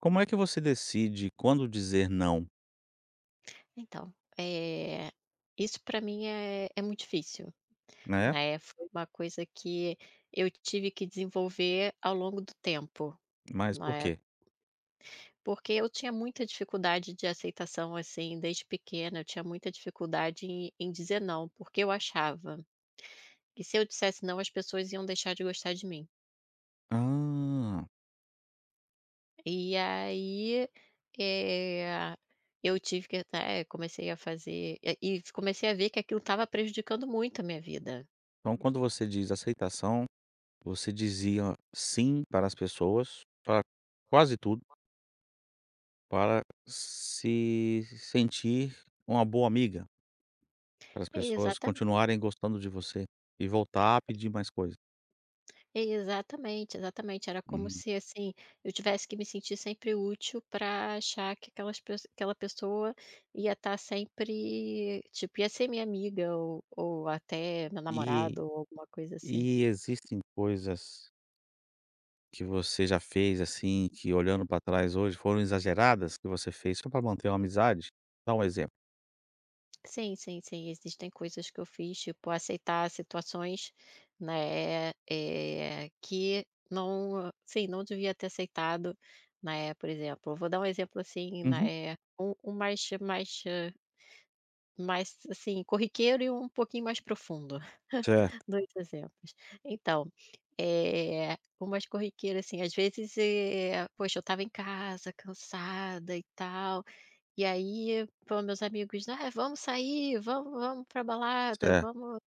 Como é que você decide quando dizer não, Então, isso para mim é muito difícil, né, né, foi uma coisa que eu tive que desenvolver ao longo do tempo, mas por né, quê? porque eu tinha muita dificuldade de aceitação, assim, desde pequena, eu tinha muita dificuldade em dizer não, porque eu achava que se eu dissesse não, as pessoas iam deixar de gostar de mim. Ah, E aí, eh, eu tive que até comecei a fazer e comecei a ver que aquilo estava prejudicando muito a minha vida. então quando você diz aceitação, você dizia sim para as pessoas, para quase tudo, para se sentir uma boa amiga, para as pessoas Exata continuarem gostando de você e voltar a pedir mais coisas. Exatamente, exatamente. Era como Uhum. se, assim, eu tivesse que me sentir sempre útil para achar que aquela pessoa ia estar sempre tipo, ia ser minha amiga ou até meu E namorado ou alguma coisa assim. e existem coisas que você já fez, assim, que olhando para trás hoje foram exageradas, que você fez só para manter uma amizade? Dá um exemplo. Sim, sim, sim, existem coisas que eu fiz, tipo, aceitar situações, né, que não sim, não devia ter aceitado, né, por exemplo, eu vou dar um exemplo, assim, Uhum. né, mais mais Mais, assim, corriqueiro e um pouquinho mais profundo. Certo, Dois exemplos. Então, umas corriqueiras, assim, às vezes, poxa, eu estava em casa cansada e tal, e aí, pô, meus amigos: "Ah, vamos sair, vamos pra balada, certo. vamos."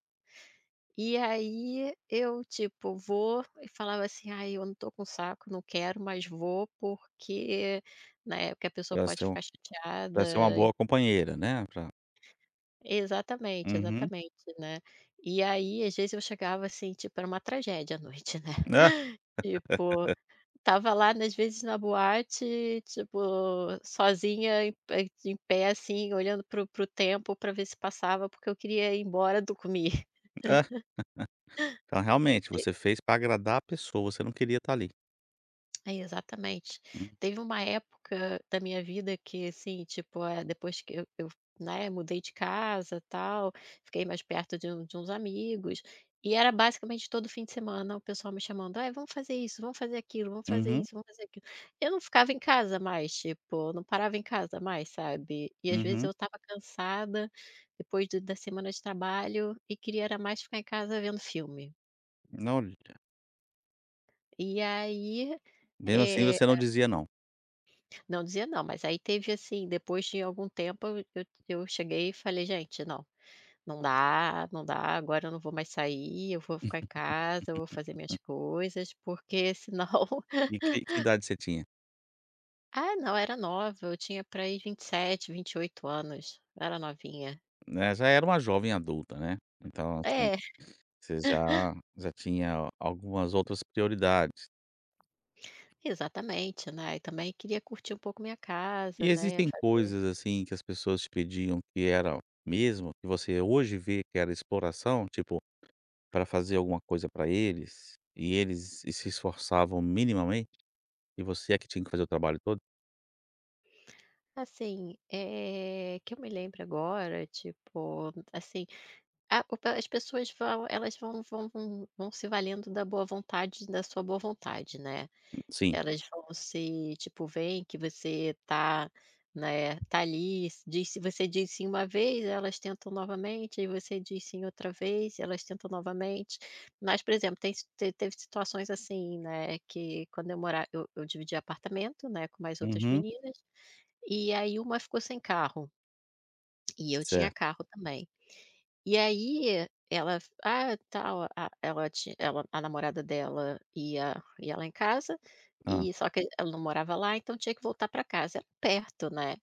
E aí eu, tipo, vou e falava assim: "Ai, eu não tô com saco, não quero, mas vou porque", né, porque a pessoa Pra pode ser um ficar chateada. pra ser uma boa companheira, né, pra Exatamente, uhum. exatamente, né. E aí, às vezes, eu chegava, assim, tipo, era uma tragédia à noite, né. É, Tipo, tava lá, né, às vezes, na boate, tipo, sozinha, em pé, assim, olhando pro tempo, pra ver se passava, porque eu queria ir embora do comi é. Então, realmente, você fez pra agradar a pessoa, você não queria estar ali. É, exatamente. Hum. Teve uma época da minha vida que, assim, tipo, depois que eu, né, mudei de casa, tal, fiquei mais perto de de uns amigos, e era basicamente todo fim de semana o pessoal me chamando: "Ai, vamos fazer isso, vamos fazer aquilo, vamos fazer Uhum, isso, vamos fazer aquilo." Eu não ficava em casa mais, tipo, eu não parava em casa mais, sabe. E às vezes uhum. eu estava cansada, depois do da semana de trabalho, e queria era mais ficar em casa vendo filme. Não, olha, E aí, mesmo assim eh você não dizia não. não dizia não, mas aí teve assim, depois de algum tempo eu cheguei e falei: "Gente, não, não dá, não dá, agora eu não vou mais sair, eu vou ficar em casa, eu vou fazer minhas coisas, porque senão" E que idade você tinha? Ah, não, era nova, eu tinha para aí 27, 28 anos, era novinha. Né, já era uma jovem adulta, né. Então, assim, É, você já já tinha algumas outras prioridades. exatamente, né, e também queria curtir um pouco minha casa, E né, existem fazer coisas, assim, que as pessoas te pediam que era mesmo, que você hoje vê que era exploração? Tipo para fazer alguma coisa para eles, e eles e se esforçavam minimamente, e você é que tinha que fazer o trabalho todo? assim, que eu me lembro agora, tipo, assim. A o pe As pessoas vão, elas vão se valendo da boa vontade, da sua boa vontade, né. Sim. Elas vão, se tipo, veem que você tá, né, tá ali, se você diz sim uma vez, elas tentam novamente, aí você diz sim outra vez, elas tentam novamente. Mas, por exemplo, tem si te teve situações assim, né, que quando eu mora eu dividi apartamento, né, com mais outras Uhum. meninas, e aí uma ficou sem carro. E eu tinha Certo. carro também. E aí ela f ah, tal, a ela ti ela a namorada dela ia lá em casa, Hã. e só que ela não morava lá, então tinha que voltar para casa, era perto, né.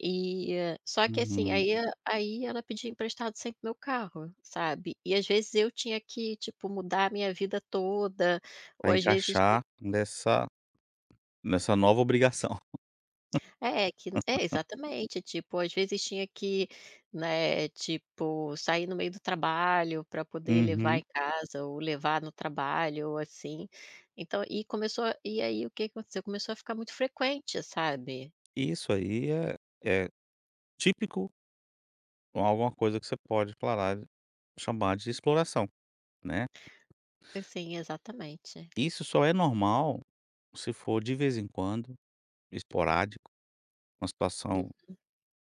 E, só que assim, Uhum. Aí ela pedia emprestado sempre meu carro, sabe. E às vezes eu tinha que, tipo, mudar a minha vida toda, ou Pra às vezes. encaixar nessa nessa nova obrigação. É, que é, exatamente. Tipo, às vezes tinha que, né, tipo, sair no meio do trabalho para poder levar Uhum. em casa ou levar no trabalho ou assim. Então, e começou, e aí o que aconteceu? Começou a ficar muito frequente, sabe. Isso aí é é típico ou alguma coisa que você pode falar chamar de exploração, né. Sim, exatamente. Isso só é normal se for de vez em quando, esporádico, uma Hum, situação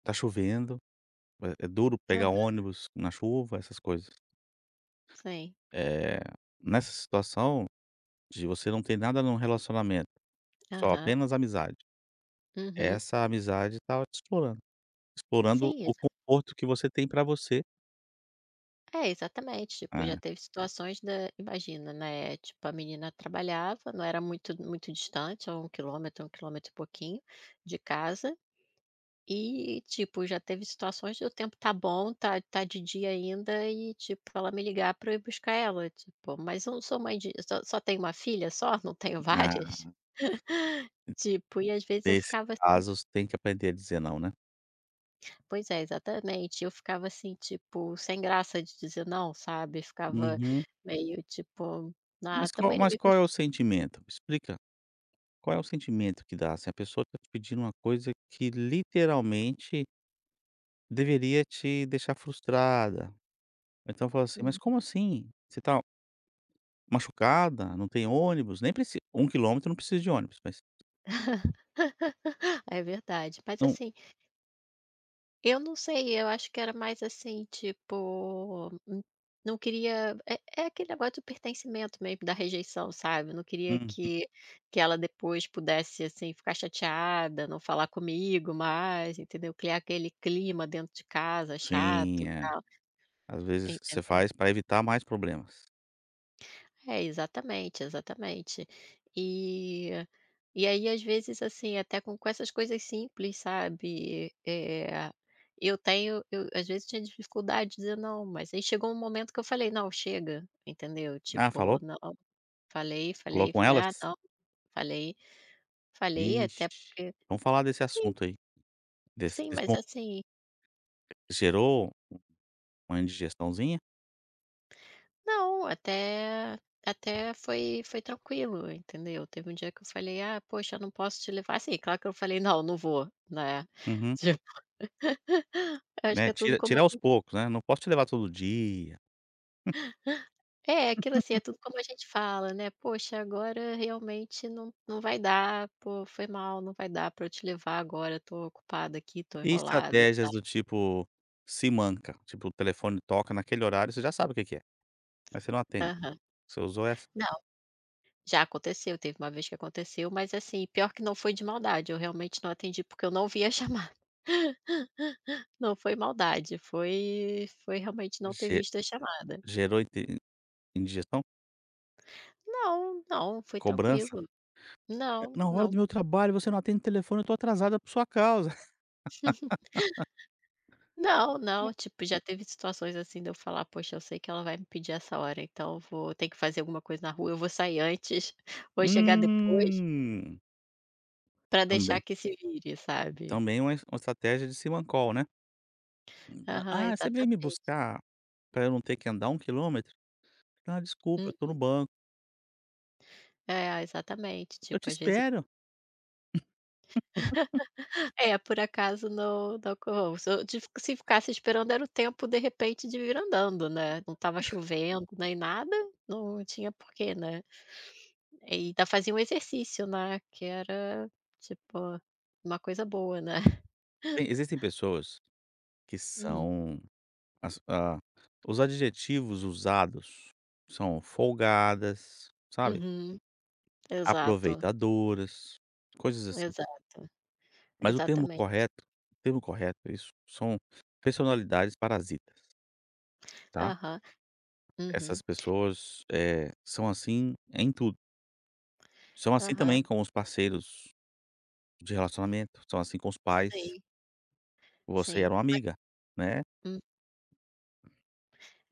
tá chovendo, é é duro pegar aham, ônibus na chuva, essas coisas. sim. Eh, nessa situação de você não ter nada num relacionamento, só Aham. apenas amizade, Uhum. essa amizade tá te explorando, explorando Sim, o exa conforto que você tem para você. É, exatamente. Tipo, já Ah, teve situações da, imagina, né, tipo, a menina trabalhava, não era muito muito distante, a 1 quilômetro, um quilômetro e pouquinho de casa. E, tipo, já teve situações de o tempo tá bom, tá de dia ainda e, tipo, ela me ligar pra eu ir buscar ela, tipo, mas eu não sou mãe de, só tenho uma filha só, não tenho ah, várias? Tipo, e às vezes eu nesses ficava assim. casos tem que aprender a dizer não, né. Pois é, exatamente, eu ficava assim, tipo, sem graça de dizer não, sabe, ficava Uhum. meio tipo: "Ah, também não Mas me qual é custa." o sentimento? Explica, qual é o sentimento que dá. Se a pessoa está te pedindo uma coisa que literalmente deveria te deixar frustrada, ou então fala assim: "Mas Uhum. como assim? Você tá machucada, não tem ônibus, nem preci 1 quilômetro não precisa de ônibus, mas É verdade, mas não assim. Eu não sei, eu acho que era mais assim, tipo, não queria, é aquele negócio do pertencimento mesmo, da rejeição, sabe, não queria uhum". que ela depois pudesse, assim, ficar chateada, não falar comigo mais, entendeu, criar aquele clima dentro de casa chato, e Sim, é. tal, Às vezes você entendeu. faz para evitar mais problemas. É, exatamente, exatamente. E e aí, às vezes, assim, até com essas coisas simples, sabe, eu, às vezes, tinha dificuldade de dizer não, mas aí chegou um momento que eu falei: "Não, chega", entendeu, Ah, tipo, falou? não, falei, Falou falei, com falei: "Ah, elas? não", falei, falei até. Ixi, vamos falar desse Sim, assunto aí, desse sim, desse mas mo assim. gerou uma indigestãozinha? Não, até foi, tranquilo, entendeu. Teve um dia que eu falei: "Ah, poxa, eu não posso te levar", assim, claro que eu falei: "Não, não vou", né. Uhum. Acho que Né, é tudo tira como tira aos poucos, né, não posso te levar todo dia. é, aquilo assim, é tudo como a gente fala, né: "Poxa, agora realmente não vai dar. Pô, foi mal, não vai dar pra eu te levar agora, tô ocupada aqui, tô E enrolada", tá. estratégias do tipo se manca tipo, o telefone toca naquele horário, você já sabe o que que é, mas você não atende. Aham. Você usou essa? Não, já aconteceu, teve uma vez que aconteceu, mas assim, pior que não foi de maldade, eu realmente não atendi, porque eu não vi a chamada. Não foi maldade, foi realmente não ter Ge visto a chamada. gerou inte indigestão? Não, não, foi Cobrança? tranquilo. Não, "Na hora do não. meu trabalho você não atende o telefone, eu tô atrasada por sua causa". Não, não, tipo, já teve situações assim de eu falar: "Poxa, eu sei que ela vai me pedir essa hora, então eu vou ter que fazer alguma coisa na rua, eu vou sair antes, vou chegar depois, Hum, pra deixar também que se vire", sabe. também é uma es uma estratégia de ciman call, né. Aham, "Ah, você veio me exatamente. buscar para eu não ter que andar um quilômetro? Ah, desculpa, Hum. eu tô no banco". É, exatamente, "Eu tipo, te às vezes espero". É, por acaso não co se eu tive se ficasse esperando era o tempo, de repente, de vir andando, né, não estava chovendo nem nada, não tinha porquê, né. E ainda fazia um exercício, né, que era, tipo, uma coisa boa, né. Tem existem pessoas que Hum. são as a os adjetivos usados são folgadas, sabe, Uhum. Exato, aproveitadoras, coisas assim. exato. Mas Exatamente. O termo correto, isso são personalidades parasitas, tá. Aham. Uhum. Essas pessoas, são assim em tudo. São assim Aham. também com os parceiros de relacionamento, são assim com os pais. Sim, Você sim. era uma amiga, né,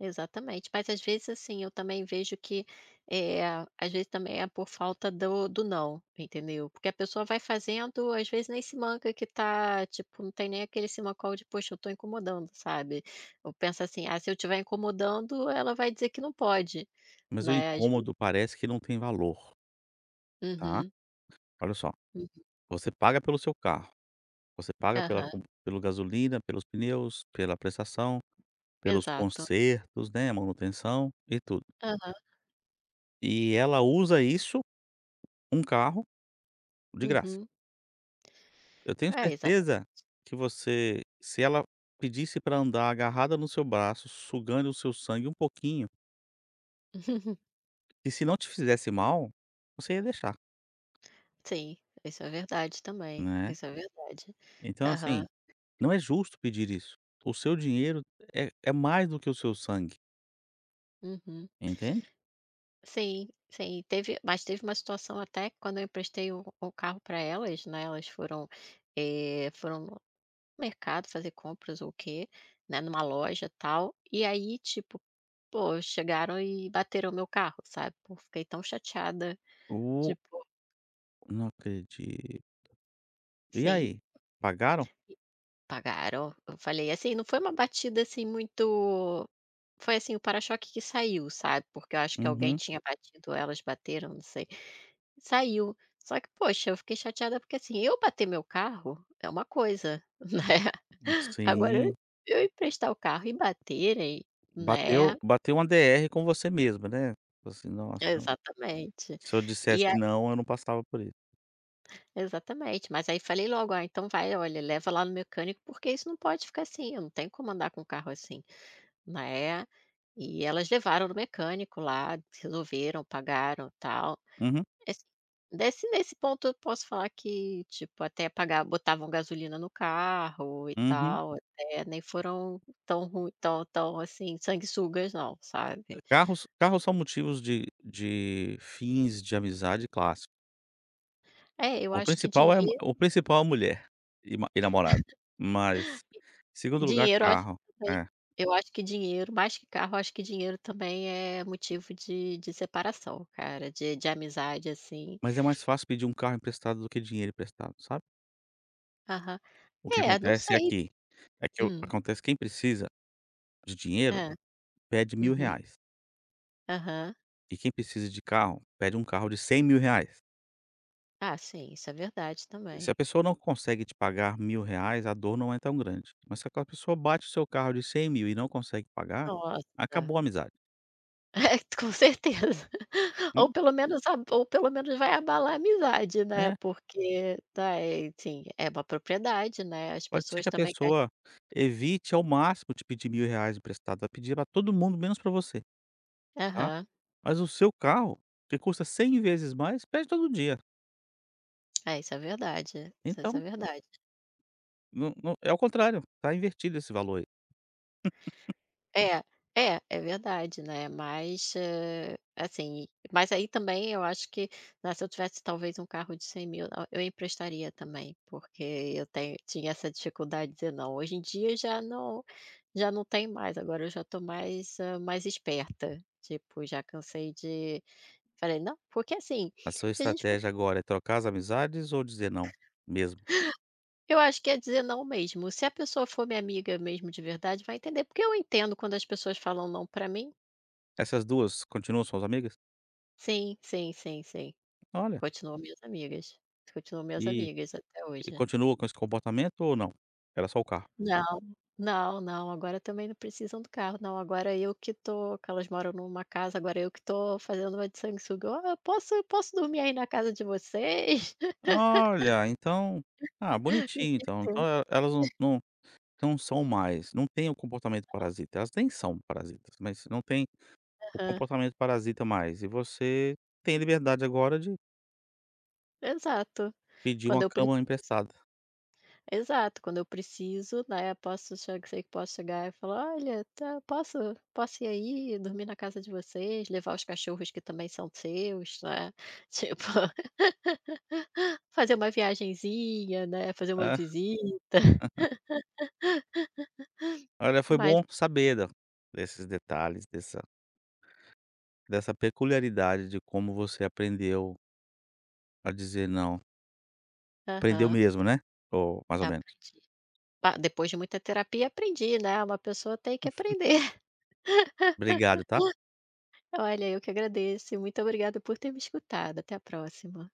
Exatamente. Mas às vezes, assim, eu também vejo que, eh, às vezes também é por falta do não, entendeu? Porque a pessoa vai fazendo, às vezes nem se manca que tá, tipo, não tem nem aquele se mocol de: "Poxa, eu tô incomodando", sabe? Eu penso assim: "Ah, se eu estiver incomodando, ela vai dizer que não pode", mas o né, às ve incômodo parece que não tem valor, tá. uhum, Olha só, uhum. você paga pelo seu carro, você paga pela Aham, com pelo gasolina, pelos pneus, pela prestação, pelos exato. consertos, né, manutenção e tudo. Aham, E ela usa isso, um carro, de graça. uhum. Eu tenho É, exata certeza que você, se ela pedisse para andar agarrada no seu braço, sugando o seu sangue um pouquinho, e se não te fizesse mal, você ia deixar, Sim, isso é verdade também, né. isso é verdade. Então, assim, Aham, não é justo pedir isso. O seu dinheiro é é mais do que o seu sangue, uhum. entende? Sim, sim. Teve uma situação até que quando eu emprestei o carro para elas, né, elas foram no mercado fazer compras ou o quê, né, numa loja, tal, e aí, tipo, pô, chegaram e bateram o meu carro, sabe. Pô, fiquei tão chateada, O tipo. não acredito. E Sim, aí, pagaram? pagaram. Eu falei assim, não foi uma batida, assim, muito. Foi assim, o para-choque que saiu, sabe, porque eu acho que alguém Uhum. tinha batido, elas bateram, não sei. Saiu. Só que, poxa, eu fiquei chateada porque, assim, eu bater meu carro é uma coisa, né. Agora eu Sim. eu emprestar o carro e baterem, Bateu né. bateu uma DR com você mesma, né. Assim: "Nossa, Exatamente. se eu dissesse E a não, eu não passava por isso". Exatamente. Mas aí falei logo: "Ah, então vai, olha, leva lá no mecânico, porque isso não pode ficar assim, eu não tenho como andar com o carro assim", né. E elas levaram no mecânico lá, resolveram, pagaram, tal. Uhum, Assim, desse nesse ponto eu posso falar que, tipo, até pagar, botavam gasolina no carro e uhum. tal, até nem foram tão ruim, assim, sanguessugas não, sabe. Carros são motivos de fins de amizade clássico. É, eu acho que dinheiro, O principal é a mulher e ma e namorado, mas em segundo lugar dinheiro eu acho carro, que também é. eu acho que dinheiro, mais que carro, eu acho que dinheiro também é motivo de separação, cara, de amizade, assim. Mas é mais fácil pedir um carro emprestado do que dinheiro emprestado, sabe. Aham. O que É, não acontece sei. É que o Hum. acontece quem precisa de dinheiro É. pede mil Uhum. reais Aham. e quem precisa de carro pede um carro de 100.000 reais. Ah, sim, isso é verdade Se a também. pessoa não consegue te pagar 1.000 reais, a dor não é tão grande. Mas se aquela pessoa bate o seu carro de 100.000 e não consegue pagar, Nossa. acabou a amizade. É, com certeza. Hum. Ou pelo menos vai abalar a amizade, né, É, porque tá, é, sim, é uma propriedade, né, as pode ser pessoas que a também gas pessoa evite ao máximo te pedir 1.000 reais emprestado, vai pedir pra todo mundo menos pra você, tá? aham. Mas o seu carro, que custa 100 vezes mais, pede todo dia. É, isso é verdade, isso é Então, verdade. não, não- é o contrário, tá invertido esse valor aí. É, é, é verdade, né, mas, assim, mas aí também eu acho que, né, se eu tivesse talvez um carro de 100.000, a eu emprestaria também, porque eu tenho tinha essa dificuldade de dizer não. Hoje em dia já não, tem mais, agora eu já estou mais, mais esperta, tipo, já cansei de falei: "Não", porque assim, A sua se a gente for estratégia agora é trocar as amizades ou dizer não mesmo? eu acho que é dizer não mesmo, se a pessoa for minha amiga mesmo de verdade vai entender, porque eu entendo quando as pessoas falam não pra mim. Essas duas continuam suas amigas? Sim, sim, sim, sim. Olha, Continuam minhas amigas, continuam minhas e amigas até E hoje. continua com esse comportamento ou não? Era só o carro? Não, não, não, agora também não precisam do carro, não, agora eu que tô, que elas moram numa casa, agora eu que tô fazendo uma de sanguessuga: "Ó, eu posso dormir aí na casa de vocês?" Olha, então ah, bonitinho então. Então e elas não são mais, não tem o comportamento parasita. Elas nem são parasitas, mas não tem o Aham, comportamento parasita mais. E você tem liberdade agora de exato. pedir Quando uma eu cama preciso, emprestada. exato, quando eu preciso, né, posso chegar sei que posso chegar e falar: "Olha, tá, posso ir aí dormir na casa de vocês, levar os cachorros que também são seus", né, tipo. Fazer uma viagenzinha, né, fazer uma É. visita, Olha, foi mas. bom saber da desses detalhes, dessa dessa peculiaridade de como você aprendeu a dizer não. Aprendeu Aham, mesmo, né? Ou mais ou menos. aprendi. Pa Depois de muita terapia aprendi, né, uma pessoa tem que aprender. Obrigado, tá? Olha, eu que agradeço e muito obrigada por ter me escutado, até a próxima.